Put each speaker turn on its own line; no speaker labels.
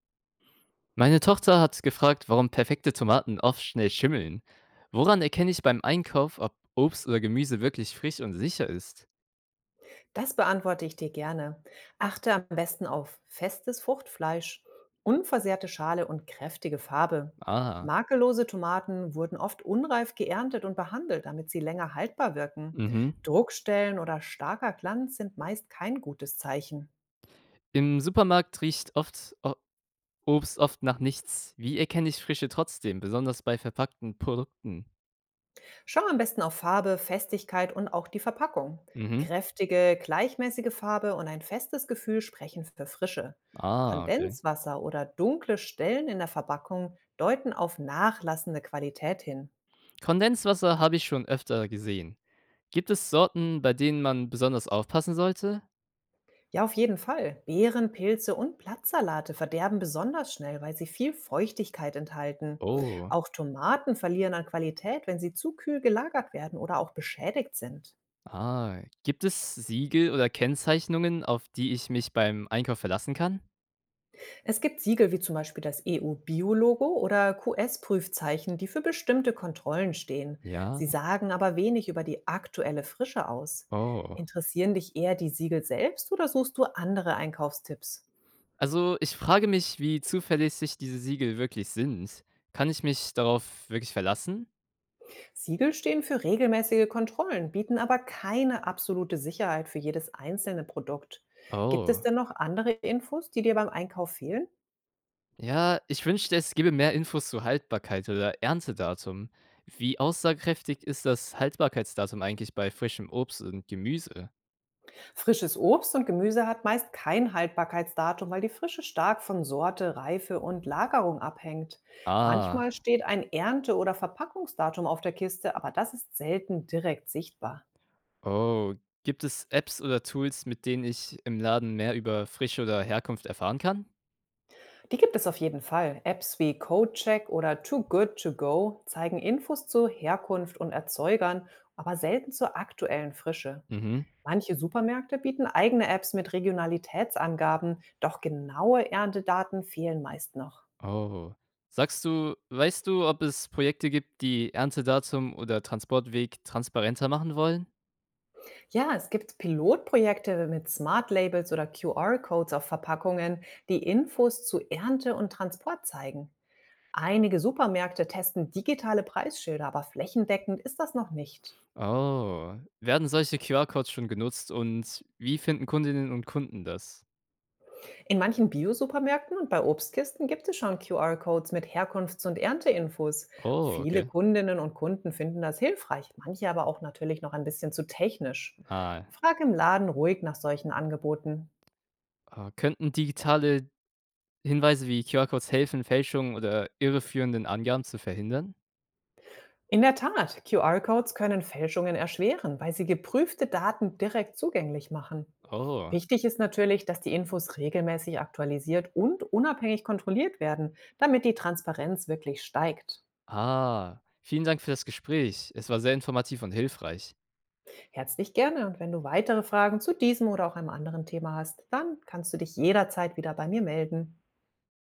Meine Tochter hat gefragt, warum perfekte Tomaten oft schnell schimmeln. Woran erkenne ich beim Einkauf, ob Obst oder Gemüse wirklich frisch und sicher ist?
Das beantworte ich dir gerne. Achte am besten auf festes Fruchtfleisch, unversehrte Schale und kräftige Farbe.
Ah,
Makellose Tomaten wurden oft unreif geerntet und behandelt, damit sie länger haltbar wirken.
mhm.
Druckstellen oder starker Glanz sind meist kein gutes Zeichen.
Im Supermarkt riecht oft o Obst oft nach nichts. Wie erkenne ich Frische trotzdem, besonders bei verpackten Produkten?
Schau am besten auf Farbe, Festigkeit und auch die Verpackung.
Mhm.
Kräftige, gleichmäßige Farbe und ein festes Gefühl sprechen für Frische.
Ah, okay.
Kondenswasser oder dunkle Stellen in der Verpackung deuten auf nachlassende Qualität hin.
Kondenswasser habe ich schon öfter gesehen. Gibt es Sorten, bei denen man besonders aufpassen sollte?
Ja, auf jeden Fall. Beeren, Pilze und Blattsalate verderben besonders schnell, weil sie viel Feuchtigkeit enthalten.
Oh.
Auch Tomaten verlieren an Qualität, wenn sie zu kühl gelagert werden oder auch beschädigt sind.
Ah, gibt es Siegel oder Kennzeichnungen, auf die ich mich beim Einkauf verlassen kann?
Es gibt Siegel wie zum Beispiel das EU-Bio-Logo oder QS-Prüfzeichen, die für bestimmte Kontrollen stehen.
Ja,
Sie sagen aber wenig über die aktuelle Frische aus.
oh.
Interessieren dich eher die Siegel selbst oder suchst du andere Einkaufstipps?
Also, ich frage mich, wie zuverlässig diese Siegel wirklich sind. Kann ich mich darauf wirklich verlassen?
Siegel stehen für regelmäßige Kontrollen, bieten aber keine absolute Sicherheit für jedes einzelne Produkt. Gibt es
Oh.
denn noch andere Infos, die dir beim Einkauf fehlen?
Ja, ich wünschte, es gäbe mehr Infos zu Haltbarkeit oder Erntedatum. Wie aussagekräftig ist das Haltbarkeitsdatum eigentlich bei frischem Obst und Gemüse?
Frisches Obst und Gemüse hat meist kein Haltbarkeitsdatum, weil die Frische stark von Sorte, Reife und Lagerung abhängt. Manchmal
Ah,
steht ein Ernte- oder Verpackungsdatum auf der Kiste, aber das ist selten direkt sichtbar.
oh. Gibt es Apps oder Tools, mit denen ich im Laden mehr über Frische oder Herkunft erfahren kann?
Die gibt es auf jeden Fall. Apps wie CodeCheck oder Too Good To Go zeigen Infos zu Herkunft und Erzeugern, aber selten zur aktuellen Frische.
Mhm.
Manche Supermärkte bieten eigene Apps mit Regionalitätsangaben, doch genaue Erntedaten fehlen meist noch.
Oh. Sagst du Weißt du, ob es Projekte gibt, die Erntedatum oder Transportweg transparenter machen wollen?
Ja, es gibt Pilotprojekte mit Smart Labels oder QR-Codes auf Verpackungen, die Infos zu Ernte und Transport zeigen. Einige Supermärkte testen digitale Preisschilder, aber flächendeckend ist das noch nicht.
Oh. Werden solche QR-Codes schon genutzt und wie finden Kundinnen und Kunden das?
In manchen Bio-Supermärkten und bei Obstkisten gibt es schon QR-Codes mit Herkunfts- und Ernteinfos.
Oh,
Viele
okay.
Kundinnen und Kunden finden das hilfreich, manche aber auch natürlich noch ein bisschen zu technisch.
Ah.
Frag im Laden ruhig nach solchen Angeboten.
Ah, könnten digitale Hinweise wie QR-Codes helfen, Fälschungen oder irreführenden Angaben zu verhindern?
In der Tat, QR-Codes können Fälschungen erschweren, weil sie geprüfte Daten direkt zugänglich machen.
Oh.
Wichtig ist natürlich, dass die Infos regelmäßig aktualisiert und unabhängig kontrolliert werden, damit die Transparenz wirklich steigt.
Ah. Vielen Dank für das Gespräch. Es war sehr informativ und hilfreich.
Herzlich gerne, und wenn du weitere Fragen zu diesem oder auch einem anderen Thema hast, dann kannst du dich jederzeit wieder bei mir melden.